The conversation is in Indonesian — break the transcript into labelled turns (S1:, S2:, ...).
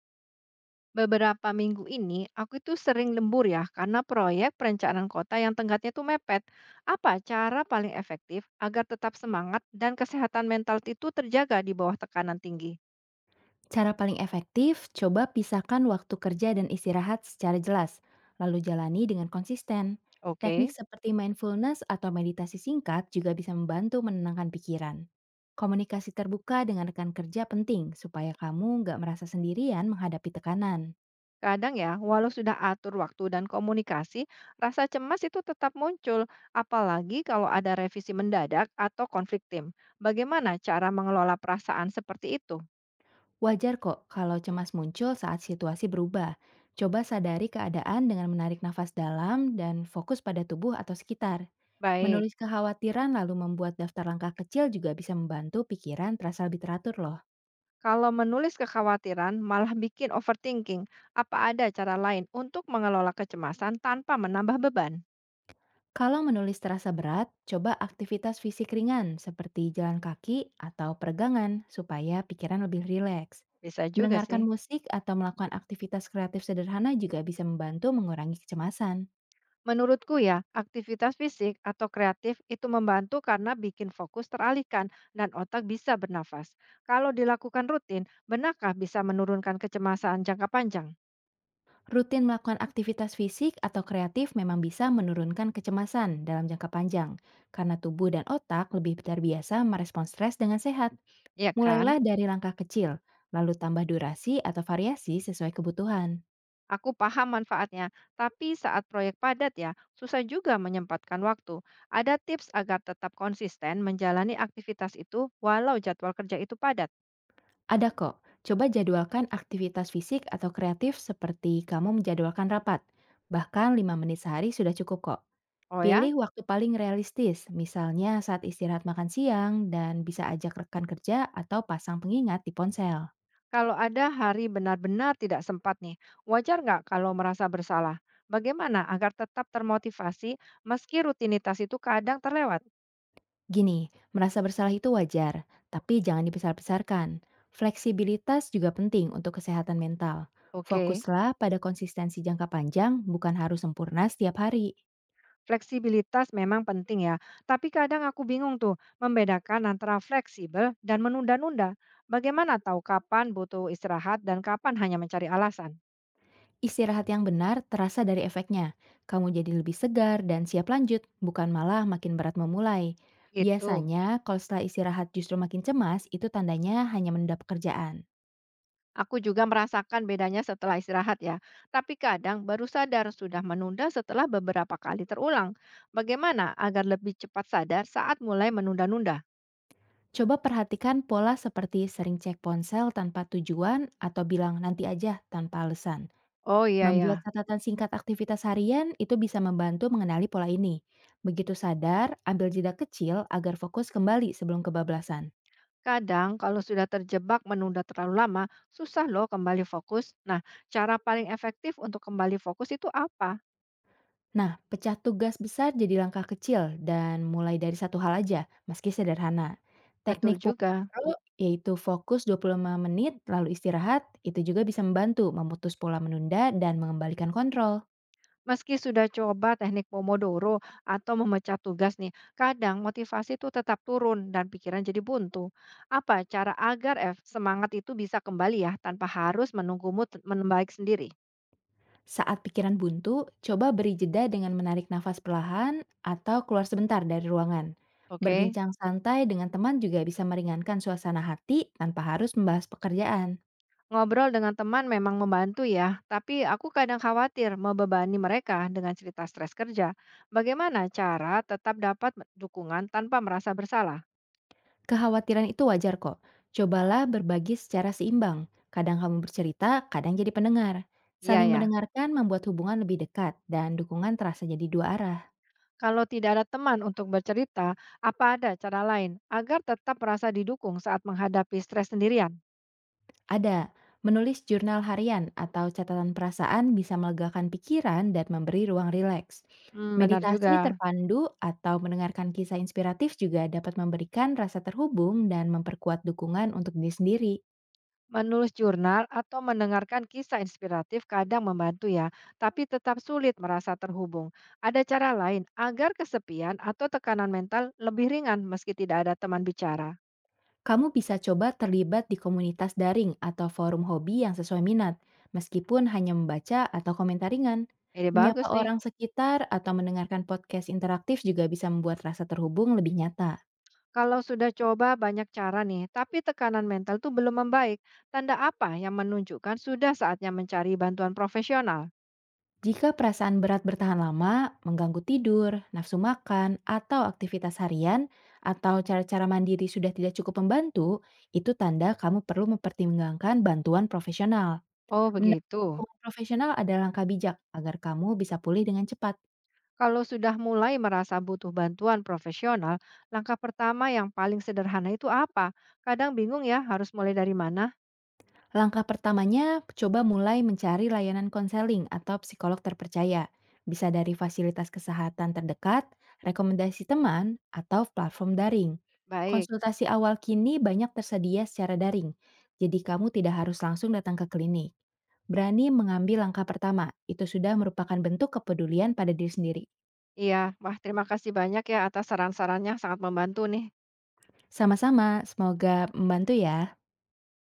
S1: Beberapa minggu ini, aku itu sering lembur ya karena proyek perencanaan kota yang tenggatnya tuh mepet. Apa cara paling efektif agar tetap semangat dan kesehatan mental itu terjaga di bawah tekanan tinggi?
S2: Cara paling efektif, coba pisahkan waktu kerja dan istirahat secara jelas, lalu jalani dengan konsisten. Teknik
S1: Oke,
S2: seperti mindfulness atau meditasi singkat juga bisa membantu menenangkan pikiran. Komunikasi terbuka dengan rekan kerja penting supaya kamu nggak merasa sendirian menghadapi tekanan.
S1: kadang ya, walau sudah atur waktu dan komunikasi, rasa cemas itu tetap muncul, apalagi kalau ada revisi mendadak atau konflik tim. Bagaimana cara mengelola perasaan seperti itu?
S2: Wajar kok kalau cemas muncul saat situasi berubah. Coba sadari keadaan dengan menarik nafas dalam dan fokus pada tubuh atau sekitar.
S1: Baik.
S2: Menulis kekhawatiran lalu membuat daftar langkah kecil juga bisa membantu pikiran terasa lebih teratur loh.
S1: Kalau menulis kekhawatiran malah bikin overthinking, apa ada cara lain untuk mengelola kecemasan tanpa menambah beban?
S2: Kalau menulis terasa berat, coba aktivitas fisik ringan seperti jalan kaki atau peregangan supaya pikiran lebih rileks.
S1: Bisa juga
S2: Mendengarkan
S1: sih.
S2: musik atau melakukan aktivitas kreatif sederhana juga bisa membantu mengurangi kecemasan.
S1: Menurutku ya, aktivitas fisik atau kreatif itu membantu karena bikin fokus teralihkan dan otak bisa bernafas. Kalau dilakukan rutin, benarkah bisa menurunkan kecemasan jangka panjang?
S2: Rutin melakukan aktivitas fisik atau kreatif memang bisa menurunkan kecemasan dalam jangka panjang, karena tubuh dan otak lebih terbiasa merespons stres dengan sehat.
S1: Iya
S2: Mulailah
S1: kan?
S2: dari langkah kecil, lalu tambah durasi atau variasi sesuai kebutuhan.
S1: Aku paham manfaatnya, tapi saat proyek padat ya, susah juga menyempatkan waktu. Ada tips agar tetap konsisten menjalani aktivitas itu walau jadwal kerja itu padat.
S2: Ada kok, coba jadwalkan aktivitas fisik atau kreatif seperti kamu menjadwalkan rapat. Bahkan 5 menit sehari sudah cukup kok.
S1: Oh ya,
S2: Pilih waktu paling realistis, misalnya saat istirahat makan siang dan bisa ajak rekan kerja atau pasang pengingat di ponsel.
S1: kalau ada hari benar-benar tidak sempat nih, wajar nggak kalau merasa bersalah? Bagaimana agar tetap termotivasi meski rutinitas itu kadang terlewat?
S2: Gini, merasa bersalah itu wajar, tapi jangan dibesar-besarkan. Fleksibilitas juga penting untuk kesehatan mental.
S1: Oke.
S2: Fokuslah pada konsistensi jangka panjang, bukan harus sempurna setiap hari.
S1: Fleksibilitas memang penting ya, tapi kadang aku bingung tuh membedakan antara fleksibel dan menunda-nunda. Bagaimana tahu kapan butuh istirahat dan kapan hanya mencari alasan?
S2: Istirahat yang benar terasa dari efeknya. Kamu jadi lebih segar dan siap lanjut, bukan malah makin berat memulai.
S1: Gitu.
S2: Biasanya, kalau setelah istirahat justru makin cemas, itu tandanya hanya mendapat kerjaan.
S1: Aku juga merasakan bedanya setelah istirahat ya. Tapi kadang baru sadar sudah menunda setelah beberapa kali terulang. Bagaimana agar lebih cepat sadar saat mulai menunda-nunda?
S2: Coba perhatikan pola seperti sering cek ponsel tanpa tujuan atau bilang nanti aja tanpa alasan.
S1: Oh iya
S2: Membuat
S1: ya.
S2: catatan singkat aktivitas harian itu bisa membantu mengenali pola ini. Begitu sadar, ambil jeda kecil agar fokus kembali sebelum kebablasan.
S1: Kadang kalau sudah terjebak menunda terlalu lama, susah loh kembali fokus. Nah, cara paling efektif untuk kembali fokus itu apa?
S2: Nah, pecah tugas besar jadi langkah kecil dan mulai dari satu hal aja, meski sederhana.
S1: Betul
S2: Teknik
S1: juga.
S2: Pomodoro yaitu fokus 25 menit lalu istirahat, itu juga bisa membantu memutus pola menunda dan mengembalikan kontrol.
S1: Meski sudah coba teknik Pomodoro atau memecah tugas nih, kadang motivasi itu tetap turun dan pikiran jadi buntu. Apa cara agar F semangat itu bisa kembali ya tanpa harus menunggu mood membaik sendiri?
S2: Saat pikiran buntu, coba beri jeda dengan menarik nafas perlahan atau keluar sebentar dari ruangan.
S1: Oke.
S2: Berbincang santai dengan teman juga bisa meringankan suasana hati tanpa harus membahas pekerjaan.
S1: Ngobrol dengan teman memang membantu ya, tapi aku kadang khawatir membebani mereka dengan cerita stres kerja. Bagaimana cara tetap dapat dukungan tanpa merasa bersalah?
S2: Kekhawatiran itu wajar kok. Cobalah berbagi secara seimbang. Kadang kamu bercerita, kadang jadi pendengar.
S1: Iya
S2: Saling
S1: ya,
S2: mendengarkan membuat hubungan lebih dekat dan dukungan terasa jadi dua arah.
S1: kalau tidak ada teman untuk bercerita, apa ada cara lain agar tetap merasa didukung saat menghadapi stres sendirian?
S2: Ada, menulis jurnal harian atau catatan perasaan bisa melegakan pikiran dan memberi ruang rileks.
S1: Hmm, benar
S2: Meditasi
S1: juga.
S2: terpandu atau mendengarkan kisah inspiratif juga dapat memberikan rasa terhubung dan memperkuat dukungan untuk diri sendiri.
S1: Menulis jurnal atau mendengarkan kisah inspiratif kadang membantu ya, tapi tetap sulit merasa terhubung. Ada cara lain agar kesepian atau tekanan mental lebih ringan meski tidak ada teman bicara.
S2: Kamu bisa coba terlibat di komunitas daring atau forum hobi yang sesuai minat, meskipun hanya membaca atau komentar ringan.
S1: Ini
S2: Menyapa
S1: bagus
S2: orang
S1: nih.
S2: sekitar atau mendengarkan podcast interaktif juga bisa membuat rasa terhubung lebih nyata.
S1: Kalau sudah coba banyak cara nih, tapi tekanan mental tuh belum membaik. Tanda apa yang menunjukkan sudah saatnya mencari bantuan profesional?
S2: Jika perasaan berat bertahan lama, mengganggu tidur, nafsu makan, atau aktivitas harian, atau cara-cara mandiri sudah tidak cukup membantu, itu tanda kamu perlu mempertimbangkan bantuan profesional.
S1: Oh,
S2: Mendapat
S1: begitu.
S2: dukungan profesional adalah langkah bijak agar kamu bisa pulih dengan cepat.
S1: Kalau sudah mulai merasa butuh bantuan profesional, langkah pertama yang paling sederhana itu apa? Kadang bingung ya harus mulai dari mana?
S2: Langkah pertamanya, coba mulai mencari layanan konseling atau psikolog terpercaya. Bisa dari fasilitas kesehatan terdekat, rekomendasi teman, atau platform daring.
S1: Baik,
S2: Konsultasi awal kini banyak tersedia secara daring, jadi kamu tidak harus langsung datang ke klinik. Berani mengambil langkah pertama, itu sudah merupakan bentuk kepedulian pada diri sendiri.
S1: iya. Wah, terima kasih banyak ya atas saran-sarannya sangat membantu nih.
S2: Sama-sama, semoga membantu ya.